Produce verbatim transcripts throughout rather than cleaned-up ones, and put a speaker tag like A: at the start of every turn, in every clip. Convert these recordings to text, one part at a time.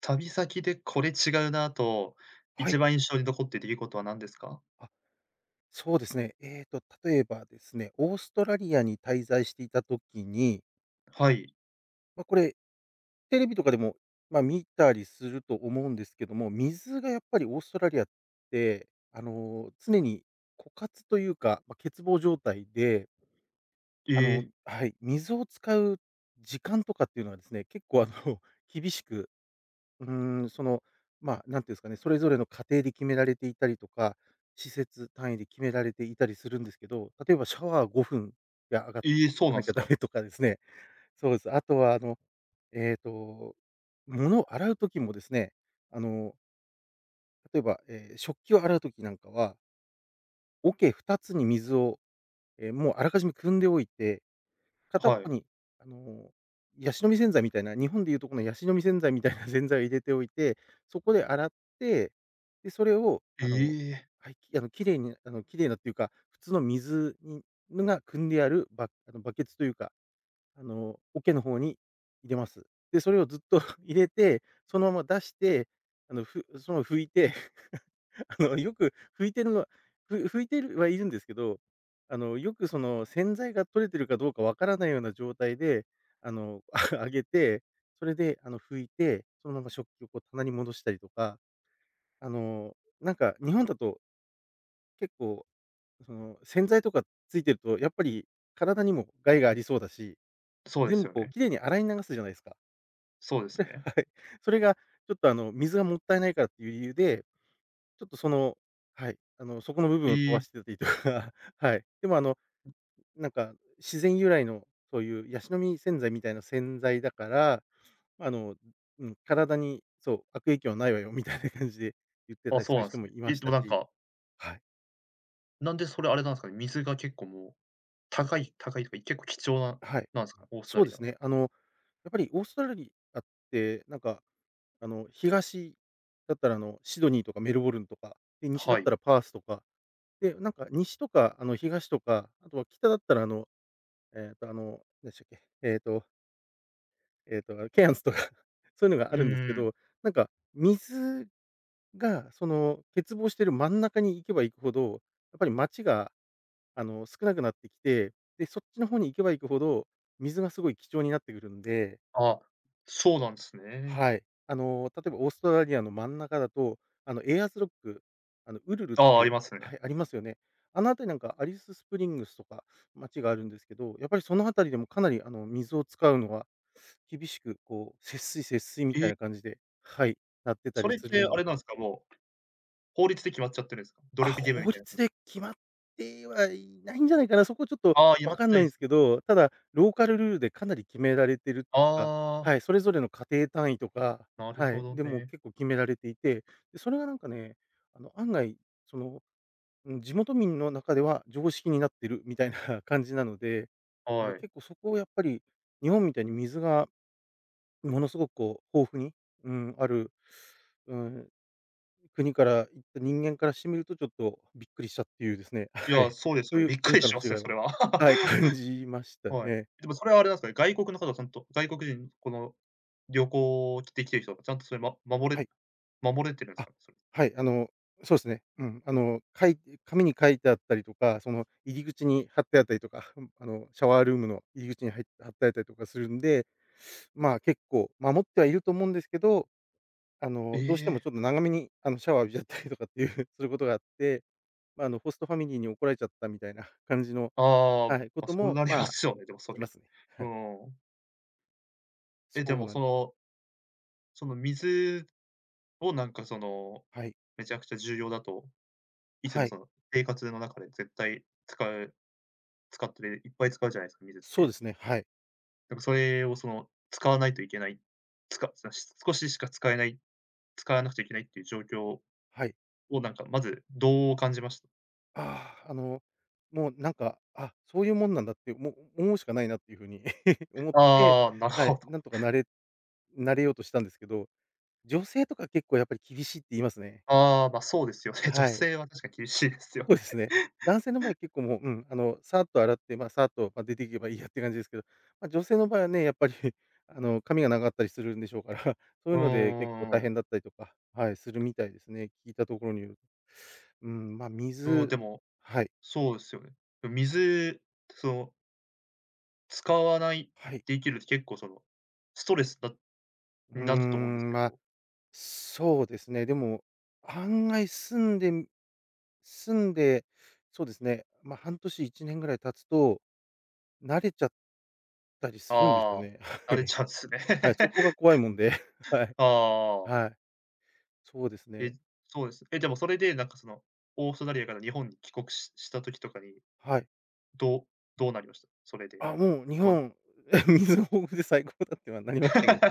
A: 旅先でこれ違うなと、
B: は
A: 一
B: い。
A: 番印象に残っている出来事は何ですか？
B: あ、そうですね。えっと、例えばですね、オーストラリアに滞在していた時に、
A: はい。
B: まあ、これ、テレビとかでも、まあ、見たりすると思うんですけども、水がやっぱりオーストラリアって、あの、常に枯渇というか、まあ、欠乏状態で、
A: え
B: あの
A: え、
B: はい、水を使う時間とかっていうのはですね、結構あの 厳しくうーん、その、まあ、何て言うんですかね、それぞれの家庭で決められていたりとか、施設単位で決められていたりするんですけど、例えばシャワーごふんで上がら
A: ええ、そうなん
B: なき
A: す
B: ゃダ
A: か。
B: メとかですね、そうです。あとはあの、えっと、物を洗う時もですね、あの、例えば、えー食器を洗う時なんかは、桶ふたつに水を、ええ、もうあらかじめ汲んでおいて片っ
A: は
B: ぽ
A: い。
B: に、あの、ヤシの実洗剤みたいな、日本でいうとこのヤシの実洗剤みたいな 洗剤を入れておいて、そこで洗って、で、それを、
A: え
B: あの
A: え、
B: はい、きあの、綺麗にあの、綺麗なっていうか、普通の水にが汲んであるバあの、バケツというか、あの、桶の方に入れます。で、それをずっと 入れて、そのまま出して、あの、ふそのまま拭いてあの、よく拭いてるのは、ふ拭いてるはいるんですけど、あの、よくその洗剤が取れてるかどうかわからないような状態で、あの、あげて、それであの、拭いて、そのまま食器をこう棚に戻したりとか、あの、なんか日本だと結構、その、洗剤とかついてると、やっぱり体にも害がありそうだし、
A: そうで
B: 全
A: す
B: 部
A: よ
B: こう
A: ね。
B: 綺麗に洗い流すじゃないですか。
A: そうですね。
B: はい。それがちょっとあの、水がもったいないからっていう理由で、ちょっとそのはい、あの、そこの部分を飛
A: え
B: ば
A: え、
B: しててとか、はい。でもあの、なんか自然由来のそういうヤシの実洗剤みたいな洗剤だから、あの、うん、体にそう、悪影響はないわよみたいな感じで言って
A: あ、
B: たり
A: そ
B: す
A: う
B: る
A: なん
B: 人
A: す
B: も
A: ね。
B: いま
A: え、
B: し
A: でも
B: た
A: なん
B: し、
A: か、
B: はい、
A: なんでそれあれなんすかね、水が結構もう、高い高いとか、結構貴重な
B: はい。
A: なんすかね？オーストラ
B: そうで
A: リア。
B: すね。あの、やっぱりオーストラリアって、なんか、あの、東だったらあの、シドニーとかメルボルンとか、で、西だっ
A: はい。
B: たらパースとか、で、なんか西とかあの、東とか、あとは北だったらあのえっと、あの、何でしたっけ、えっとえっと、あ、ケアンズとか そういうのが
A: う
B: あるんです
A: ん
B: け
A: うん。
B: ど、なんか水が、その、欠乏してる真ん中に行けば行くほど、やっぱり町が、あの、少なくなってきて、で、そっちの方に行けば行くほど、水がすごい貴重になってくるんで。
A: あ、そうなんですね。
B: はい。あの、例えばオーストラリアの真ん中だと、あの、エアーズロック、あの、ウルルっ
A: ああ、あり
B: て
A: ますね。
B: はい、ありますよね。あの辺りなんかアリススプリングスとか街があるんですけど、やっぱりその辺りでもかなりあの、水を使うのは厳しくこう、節水節水み
A: え
B: たい
A: え、
B: な感じで、はい、なってた
A: そ
B: り
A: れっ
B: する
A: て
B: ん。
A: あれなんすか、もう、法律で決まっちゃってるんすか？努
B: あ、
A: 力義務み
B: 法
A: たいな
B: 律
A: 感じ。
B: で決まってはいないんじゃないかな。そこちょっと
A: ああ、決ま
B: 分
A: っ
B: かん
A: てない
B: な
A: ん
B: いん
A: す
B: す
A: ね。
B: けど、ただ、ローカルルールでかなり決められてるっていうか、
A: ああ。
B: はい、それぞれの家庭単位とか、
A: なる
B: は
A: ほ
B: い、
A: ど
B: でも
A: ね。
B: 結構決められていて、で、それがなんかね、あの、案外、その、うん、地元民の中では常識になってるみたいな 感じなので、はい、
A: はい。
B: 結構そこをやっぱり、日本みたいに水がものすごくこう豊富に、うん、ある、うん国から行った人間からしてみると、ちょっとびっくりしたっていうですね、
A: い
B: は
A: や、
B: い、
A: そうで す
B: そ
A: よ
B: う
A: ね。
B: いう
A: びっく
B: 文
A: り
B: 化
A: し
B: の
A: ま
B: 違い
A: すね、そ
B: は、
A: れは。
B: はい、感じました
A: はい。
B: ね。
A: でもそれはあれなんですかね、外国の方はちゃんと、外国人、この旅行で来てる人がちゃんとそれ、ま守
B: は
A: れ
B: い。
A: 守れてるんです
B: あ、
A: かね？それ。
B: はい、あの、そうですね。うん、あの、書い紙に書いてあったりとか、その入り口に貼ってあったりとか、うんあの、シャワールームの入り口には貼ってあったりとかするんで、まあ、結構守ってはいると思うんですけど、あ
A: え
B: の、どうしてもち
A: え。
B: ょっと長めに、あの、シャワー浴びちゃったりとかっていう、することがあって、まあ、あの、ホストファミリーに怒られちゃったみたいな感じの、
A: ああ、ま
B: はい、こ
A: あ、
B: と
A: そう
B: も、
A: なり
B: ま
A: ま
B: あ、
A: すよね、でもそ
B: 聞きま
A: れ。
B: すね。
A: う
B: はい。
A: ん。
B: そ
A: え、で
B: う
A: も
B: な
A: そ
B: んですよ。
A: の、その水をなんかその、
B: はい。
A: めちゃくちゃ重要だと、いつ
B: は
A: も
B: い。
A: その生活の中で絶対使う使ってて、いっぱい使うじゃないですか、水っ
B: そうで
A: て。
B: すね。はい。
A: なんかそれをその、使わないといけない、つかさし少ししか使えない、使わなくちゃいけないっていう状況
B: はい。
A: をなんかまずどう感じました？
B: ああ、あの、もうなんか、あ、そういうもんなんだって、もう思うしかないなっていうふうに 思って、
A: ああ、なる
B: は
A: ほ
B: い、
A: ど。
B: なんとかなれなれようとしたんですけど、女性とか結構やっぱり厳しいって言いますね。
A: ああ、ま、そうですよね。女
B: はい。
A: 性は確かに厳しいですよ
B: そうで
A: ね。
B: すね。男性の場合結構もう、うん、あの、さーっと洗って、まあ、さーっと、まあ、出ていけばいいやって感じですけど、まあ、女性の場合はね、やっぱり、あの、髪が長かったりするんでしょうから、そうい
A: う
B: う
A: んう
B: ので結構
A: んう
B: 大
A: んう
B: 変だったりとか、はい、するみたいですね。聞いたところによると。うん、まあ、
A: ん。うん、で
B: 水、
A: も、
B: はい、
A: そうですよね。水、その、使わない
B: はい。
A: で生きるって結構その、ストレスだ
B: うー
A: になると思うんです
B: ん、
A: け
B: まあ、
A: ど。
B: そうですね。でも、案外住んでみ住んで、そうですね、まあ、半年、いちねんぐらい経つと、慣れちゃったりするんですよ
A: あ
B: ね。
A: あ、
B: は
A: 慣れ
B: い。
A: ちゃうんすね。
B: はい、そこが 怖いもんで、はい。
A: ああ。
B: はい、そうです
A: え、
B: ね。
A: そうです。え、でもそれでなんかその、オーストラリアから日本に帰国しした時とかに、
B: はい。
A: どうどうなりました？それで。
B: あ、もう日
A: ま
B: 本、水が豊富で最高だってはなりましたけど ね。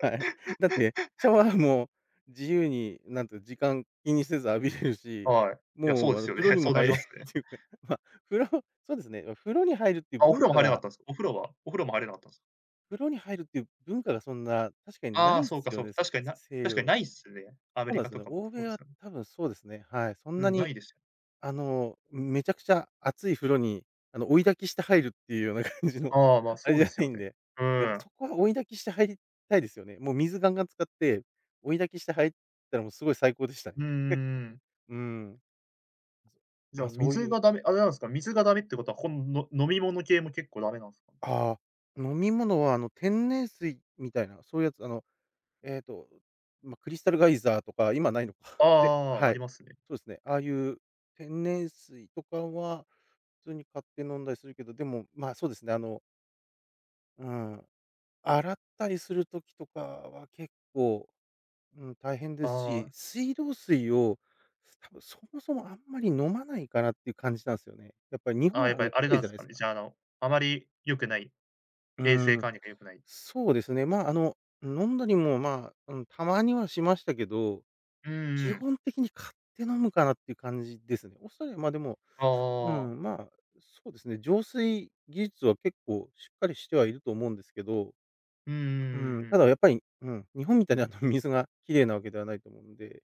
B: はい。だって、シャワーも自由に、なんと時間気にせず浴びれるし、
A: はい。いや、そう
B: もう
A: で
B: あの
A: すよね。
B: 風呂 に
A: そ
B: も
A: うな
B: 入
A: り
B: れ
A: ま
B: る
A: すね。
B: っていうか、まあ、風呂、そうですね、風呂に入るっていう
A: あ、お風
B: 文
A: 呂も
B: 化
A: 入れなかっ
B: が
A: たんですか？お風呂はお風呂も入れなかったんですか？
B: 風呂に入るっていう文化がそんな確かにな
A: あ
B: い
A: あ、
B: んで
A: そう
B: す
A: か
B: よ
A: そうか。
B: ね、
A: 確かにな
B: 西
A: 確かに
B: 洋。
A: ないっすね。アメ
B: そう
A: リ
B: なんで
A: カ
B: すよ
A: と
B: ね。
A: かも、
B: 欧
A: そ
B: 米
A: うです
B: は
A: よね。
B: 多分そうですね。はい。そん
A: う
B: な
A: ん、な
B: に
A: いですよね。
B: あの、めちゃくちゃ熱い風呂に、あの、追い焚きして入るっていうような 感じの
A: ああ、まあ、
B: あ
A: そ
B: れ
A: う
B: じ
A: で
B: ゃ
A: す
B: な
A: よ
B: いん
A: ね。
B: で、
A: う
B: やっぱ
A: ん。
B: そこは追い焚きして入りたいですよね。もう水ガンガン使って、追い焚きして入ったらもうすごい最高でしたね。
A: うんうん。
B: うーん。
A: じゃあ、
B: ま、そう
A: 水
B: いう、
A: がダメ、あれなんですか、水がダメってことは、このの飲み物系も結構ダメなんですか？
B: ああ、飲み物はあの、天然水みたいな、そういうやつ、あの、えっと、ま、クリスタルガイザーとか、今ないのか。
A: あ、
B: で、
A: ああ、
B: は
A: あり
B: い。
A: ますね。
B: そうですね、ああいう天然水とかは、普通に買って飲んだりするけど、でも、ま、そうですね、あのうん、洗ったりする時とかは結構、うん、大変で
A: あ
B: すし、
A: あ。
B: 水道水を多分そもそもあんまり飲まないかなっていう感じなんすよね。やっぱり日
A: あ
B: 本
A: あ、や
B: は
A: っ
B: あ
A: ぱ
B: の、
A: り
B: 綺
A: あれな
B: 麗
A: ん
B: じゃ
A: す
B: ない
A: か
B: す
A: ね、
B: か。
A: じゃあ、あの、あまり良くない、
B: う
A: 衛生
B: ーん、
A: 管理が良くない。
B: そうですね。まあ、あの、飲んだりも、まあ、うん、たまにはしましたけど、
A: うんうんう
B: 基
A: ん。
B: 本的に買って飲むかなっていう感じですね。オーストラリア、ま、でも、う
A: ああ、
B: ん、まあ、そうですね、浄水技術は結構しっかりしてはいると思うんですけど
A: うんうん
B: う
A: うんう
B: ん、た
A: ん。
B: だやっぱり、うん、日本みたいにあの 水が綺麗なわけではないと思うんで、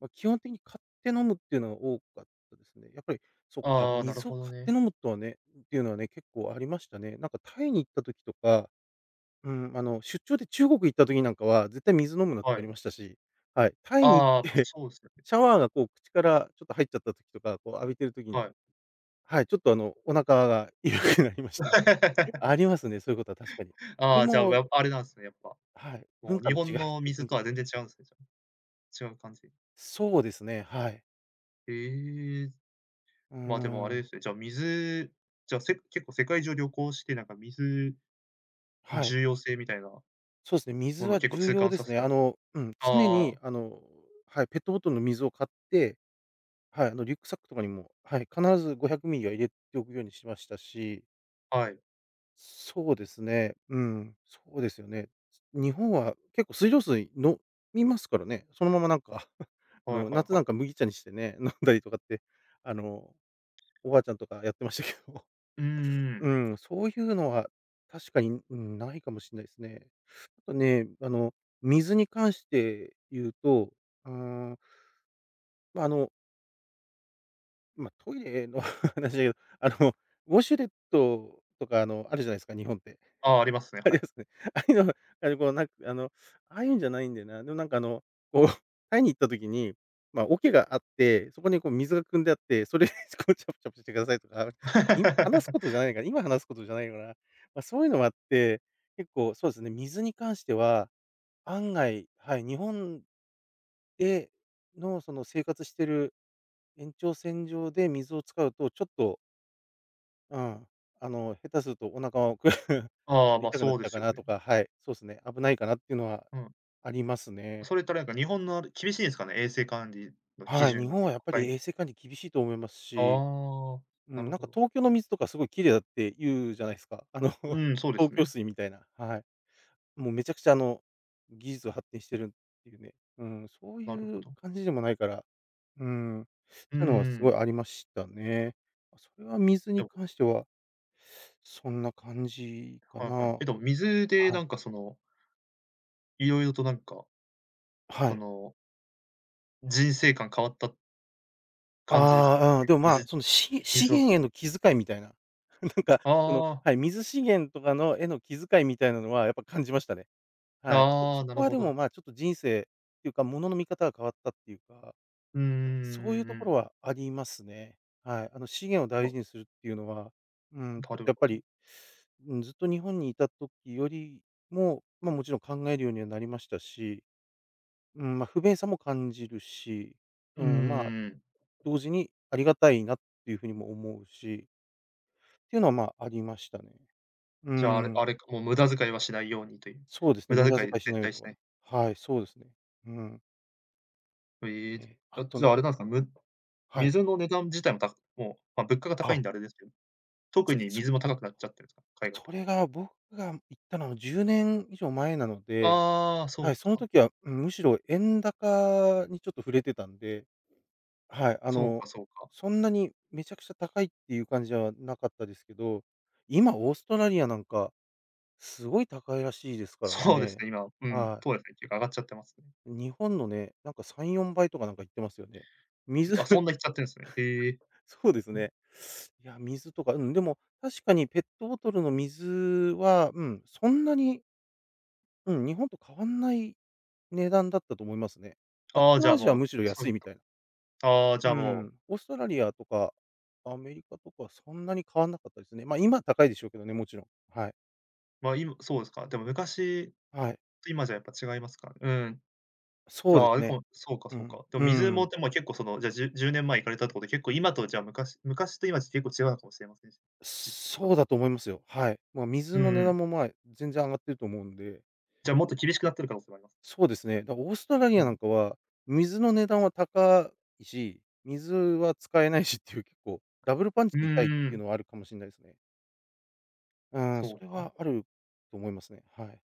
B: まあ、基本的に買って飲むっていうのが多かったですね。やっぱり、そっか、
A: ああ、なる
B: 水を
A: ほど
B: 買って
A: ね。
B: 飲むとはねっていうのはね、結構ありましたね。なんかタイに行った時とか、うん、あの、出張で中国行った時なんかは絶対水飲むなって
A: は
B: 言われ
A: い。
B: ましたし、はい、タイに行
A: ああ、ま、
B: って
A: そうですよ ね。
B: シャワーがこう口からちょっと入っちゃった時とか、こう浴びてる時に、
A: はい。
B: はい、ちょっとあの、お腹が痛くなりましたね。あり ますね、そういうことは確かに。そ
A: あ
B: れ
A: あ、じゃあ、
B: も、
A: やあれなんすね、やっぱ。
B: はい、
A: もう
B: 文化
A: 日
B: の違
A: 本
B: いっ
A: の
B: て文
A: 水と
B: 化
A: は全然違うんすね、じゃあ。違う感じ。
B: そうですね、はい。
A: ええ、
B: うー
A: まあ、でもあれで
B: ん、
A: すね、じゃあ、水じゃあ、せ結構世界中旅行して、なんか水
B: はい。
A: 重要性みたいな
B: そうですね、
A: も
B: 水
A: のを
B: は
A: 結構
B: 重
A: 痛
B: 要
A: 感
B: で
A: さ
B: す
A: せ
B: ね。
A: た。
B: あの、うん、常
A: あ
B: に
A: あ、
B: あの、はい、ペットボトルの水を買って、はい、あのリュックサックとかにも、はい、必ずごひゃくミリは入れておくようにしましたし、
A: はい。
B: そうですね、うん、そうですよね。日本は結構水道水飲みますからね、そのままなんか あ
A: はい
B: の、
A: は
B: 夏
A: い
B: な
A: は
B: ん
A: い。
B: か麦茶にしてね、飲んだりとかって、あの、おばあちゃんとかやってましたけど。
A: うんうんう
B: う
A: ん。
B: ん、そういうのは確かに、うん、ないかもしれないですね。あとね、あの、水に関して言うと、うーん、まあ、あの、まあ、トイレの 話だけど、あの、ウォシュレットとか、あの、あるじゃないですか、日本って。
A: ああ、ありますね、
B: あ
A: は
B: り
A: い。
B: ますね。ああいうの、あの、こう、なんか、あの、ああいうんじゃないんだよな。でも、なんか、あの、こう、タイに行った時に、まあ、桶があって、そこに、こう、水が汲んであって、それで こう、チャプチャプしてくださいとか、今話すこと じゃないから今話すことじゃないから、まあ、そういうのもあって、結構そうですね、水に関しては、案外、はい、日本での、その、生活してる延長線上で水を使うと、ちょっとうん。あの、下手するとお腹をく
A: ああ、ま、あ、
B: 痛くなっ
A: そう
B: ち
A: で
B: ゃう
A: す
B: か
A: よ
B: な
A: ね。
B: とか、はい、そうですね、危ないかなっていうのは
A: うん。
B: ありますね。
A: それったら、なんか日本のあれ厳しいんですかね？衛生管理の基
B: はい、
A: 準
B: 日
A: が
B: 本は
A: 結
B: やっ
A: 構
B: ぱ
A: か
B: り
A: い。
B: 衛生管理厳しいと思います
A: あ
B: し、
A: あ、
B: う
A: な
B: ん、
A: る
B: なん
A: ほ
B: か
A: ど。
B: 東京の水とかすごい綺麗だって言うじゃないですか。あの、
A: うん、そうで
B: 東
A: す
B: 京
A: ね。
B: 水みたいな、はい。もうめちゃくちゃあの、技術が発展してるっていうね、うん、そう
A: なる
B: い
A: ほ
B: う
A: ど。
B: 感じでもないから、うん、っ
A: うん
B: ていうのは
A: う
B: すご
A: ん。
B: いありましたね。それは水
A: で
B: に
A: も、
B: 関しては、そんな感じか
A: は
B: な。
A: いはい。え、でも水で
B: は
A: な
B: い。
A: んかその、いろいろとなんか、
B: は
A: そ
B: い。
A: の、人生観変わった感じですかね？
B: ああ、うん、でも、まあ、
A: 水
B: その、し資
A: 水を。
B: 源への気遣いみたいな、なんか、その、
A: ああ、
B: はい、水資源とかのへの気遣いみたいなのはやっぱ感じましたね。はい。そ、
A: ああ、
B: そ
A: な
B: こ
A: る
B: は
A: ほ
B: でも、
A: ど。
B: まあ、ちょっと人生っていうか、物のの見方が変わったっていうか、
A: うんう
B: そういう
A: んう
B: と
A: んう
B: ころ
A: ん。
B: はありますね。はい。あの、資源を大
A: ま、
B: 事にするっていうのは、うん、ち
A: な
B: ょっ
A: る
B: とやっ
A: ほ
B: ぱ
A: ど。
B: り、うん、ずっと日本にいた時よりも、まあ、もちろん考えるようにはなりましたし、うん、まあ、不便さも感じるし、
A: う
B: う
A: んう
B: ん、まあ
A: んん。
B: 同時にありがたいなっていうふうにも思うし、っていうのは、まあ、ありましたね。う
A: じゃあ、あれ
B: ん。
A: あれか、もう無駄遣いはしないようにという。
B: そうです
A: 無
B: ね、無
A: 駄
B: 駄
A: 遣い
B: 遣いし
A: 絶
B: ないよ
A: 対し
B: と
A: な
B: は。
A: い。
B: はい、そうですね。うん。
A: ええ、じ
B: え、あ
A: ゃ、じ
B: と、
A: ゃあ、あれなんすか、む
B: はい。
A: 水の値段自体もたもう、ま、物価が高い
B: あ、
A: んであれですけど、特に
B: そ、
A: 水も高くなっちゃってるんすか？海外と
B: そ
A: か。
B: れが僕が行ったのはじゅうねん以上前なので、
A: ああ、そ
B: はい、
A: う
B: その
A: か。
B: 時は、うん、むしろ円高にちょっと触れてたんで、はい、あ
A: そう
B: の、
A: かそうか。
B: そんなにめちゃくちゃ高いっていう感じはなかったですけど、今オーストラリアなんかすごい高いらしいですから
A: そうです
B: ね。
A: ね、今、うん、
B: は
A: そう
B: い。
A: ですね、結構上がっちゃってますね。
B: 日本のね、なんかさん、よんばいとかなんか言ってますよね。水
A: あ、そん な行っちゃってるんすね。へえ。
B: そうですね。いや、水とか、うん、でも確かにペットボトルの水は、うん、そんなに、うん、日本と変わんない値段だったと思いますね。まあ、
A: あ
B: 東
A: あ、じゃ
B: 南ア
A: あ、
B: ジアは
A: もう、
B: むしろ
A: そうい
B: 安
A: う
B: いみ
A: こ
B: たいな。
A: と。ああ、じゃ
B: う
A: あ、もう、
B: ん、オーストラリアとかアメリカとかはそんなに変わんなかったですね。ま、あ今は高いでしょうけどね、もちろん。はい。
A: ま、今そうですか、でも昔
B: はい。
A: と今じゃやっぱ違いますか？うん。じ
B: そ
A: ゃ
B: うで
A: あ、あ
B: す
A: れか
B: ね。
A: も、そうか
B: う
A: そう
B: ん、
A: か。でも
B: う
A: 水も、
B: ん。
A: でも結構その、じゃあ、じゅじゅうねんまえ行かれたってことで、結構今と、じゃあ、昔昔と今じゃ結構違うのかもしれませんし、実際
B: そ
A: と。
B: うだと思いますよ。はい。ま、水
A: うん
B: の値
A: う
B: 段
A: ん。
B: も、ま、全然上がってると思うんで、
A: じゃあ、もっと厳しくなってる可能性もあります。
B: そうですね。だ、オーストラリ
A: う
B: アな
A: ん。
B: んかは、水の値段は高いし、水は使えないしっていう結構ダブルパン
A: う
B: チ
A: ー
B: で痛いっていう
A: ん、
B: のはあるかもしれないですね。うん、
A: そ
B: そ
A: う
B: れ
A: か。
B: はあると思いますね。はい。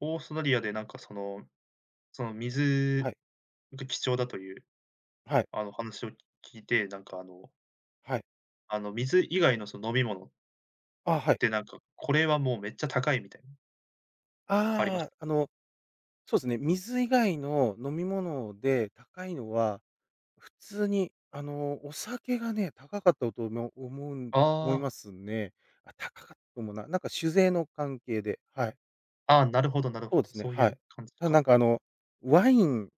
A: オーストラリアでなんかその、その
B: は
A: 水
B: い。
A: が貴重だという、
B: はい。
A: あの、話を聞いて、なんか、あの、
B: はい。
A: あの、水以外のその飲み物っ
B: あ、はい。
A: てなんか、これはもうめっちゃ高いみたいな、ありまし
B: ああ、
A: た。
B: あの、そうですね、水以外の飲み物で高いのは、普通にあの、お酒がね、高かったと思う思うん思いま
A: ああ、
B: すね。あ、高かったと思うな。なんか酒税の関係で、はい。
A: ああ、なるほどなる
B: そ
A: ほ
B: うで
A: ど、
B: すね、
A: そうい
B: はい。
A: う感じ
B: ただなん
A: か。
B: かあの、ワイン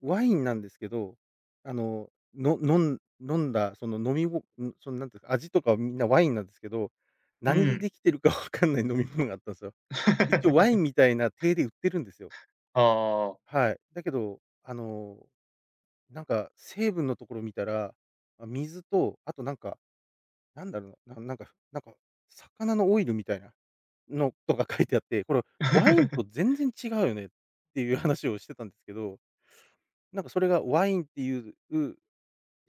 B: ワインなんですけど、あの、の飲ん飲んだその飲みごん、そのなんていうか、味とかはみんなワインなんですけど、
A: う
B: 何で
A: ん。
B: できてるかわかんない飲み物があったんすよ。一応ワイン みたいな体で売ってるんですよ。
A: ああ。
B: はい。だけど、あの、なんか成分のところ見たら、あ、水と、あとなんかなんだろうな、ななんかなんか、魚のオイルみたいなのとか書いてあって、これワインと 全然違うよねっていう話をしてたんですけど、なんかそれがワインっていうう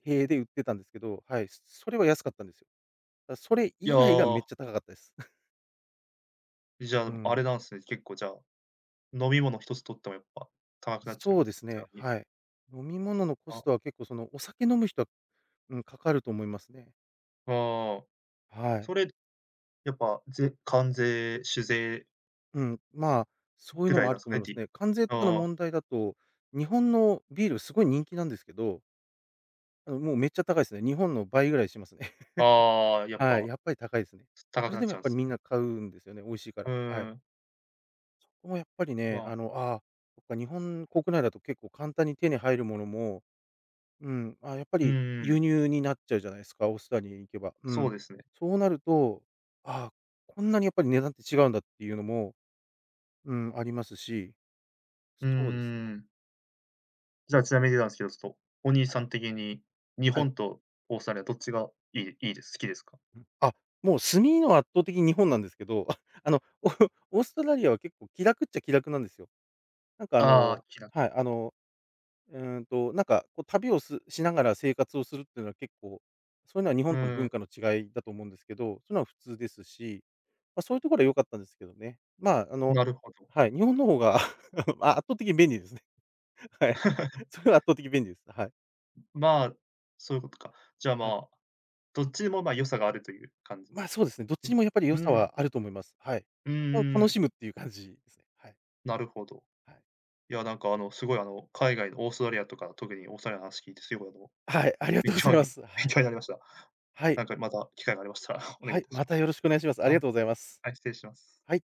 B: 体で売ってたんですけど、はい、それは安かったんですよ。だそれ
A: いや、
B: 以外がめっちゃ高かったです。
A: じゃ
B: う
A: あ、あ
B: ん。
A: れなんすね、結構じゃあ、飲み物一つとってもやっぱ高くなっちゃい
B: そ
A: ま
B: うで
A: す。
B: す
A: じゃあ、
B: ね、
A: に、
B: はい。飲み物のコ
A: あ、
B: ストは結構そのお酒飲む人は、うん、かかると思いますね。
A: ああ、
B: はい。
A: それやっぱ、ぜ関税、酒税
B: うん、まあ、そういう
A: ぐ
B: の
A: らい
B: もあ
A: なん
B: る
A: す
B: と
A: か
B: 思い
A: ね、
B: ます
A: り
B: ね。関税とかの
A: あ
B: 問題だと、日本のビールすごい人気なんですけど、あの、もうめっちゃ高いですね。日本の倍ぐらいしますね。
A: あ、あ あ、やっ
B: はい、
A: ぱ、
B: やっぱり高いですね。
A: 高
B: そ
A: く
B: れ
A: なっ
B: でも
A: ちゃ
B: やっ
A: うん
B: ぱり
A: す
B: みん
A: ね。
B: な買うんですよね、美味しいか
A: う
B: ら。は
A: ー
B: い。
A: ん、
B: ここもやっぱり
A: ま
B: ね、
A: あ、
B: あの、ああ、そっか、日本国内だと結構簡単に手に入るものも、うん、あやっぱ
A: う
B: り
A: んうん、
B: 輸入になっちゃうじゃないですか、オーストラリアに行けば。う
A: そう
B: ん。
A: ですね。
B: そうなると、ああ、こんなにやっぱり値段って違うんだっていうのも、うん、ありますし、
A: うんうん
B: そうですね。
A: うん。じゃあ、ちなみになんすけど、ちょっと、お兄
B: は
A: さ
B: い。
A: ん的に、日
B: はい。
A: 本とオーストラリア、どっちがいいいいです、好きですか？
B: あ、もう炭の圧倒的に日本なんですけど、あの、オ オーストラリアは結構気楽っちゃ気楽なんですよ。なんかあ
A: あ
B: の
A: あ、きな
B: はい、あの、うーんと、なんかこう旅をすしながら生活をするっていうのは結構、そういうのは日
A: う
B: 本との文
A: ん、
B: 化の違いだと思うんですけど、そういうのは普通ですし、まあ、そういうところは良かったんですけどね。まあ、あの
A: なるほど。
B: はい、日本の方が あ、圧倒的に便利ですね。はい。それは圧倒的に便利です。はい。
A: まあ、そういうことか。じゃあ、ま
B: はい。
A: あ、どっちにも、ま、良さがあるという感じで。
B: まあ、そうですね、どっちにもやっぱり
A: う
B: 良
A: ん、
B: さ
A: うん
B: はあると思います。はい。
A: うん
B: そこを
A: う
B: 楽し
A: ん、
B: むっていう感じですね。はい。
A: なるほど。
B: はい。
A: いや、なんか、あの、すごい、あの、海外のオーストラリアとか、特にオーストラリアの話聞いて、すごい、あの、
B: はい、ありがと
A: 勉
B: うござい
A: 強
B: ま
A: に 勉
B: す。はい。
A: 強になりました。
B: はい。
A: なんか、また機会がありましたら お願
B: は
A: いい
B: い、
A: たし
B: ま
A: ま
B: た
A: す。
B: よろしくお願いします。あり
A: あ、
B: がとうございます。
A: はい、失礼します。
B: はい。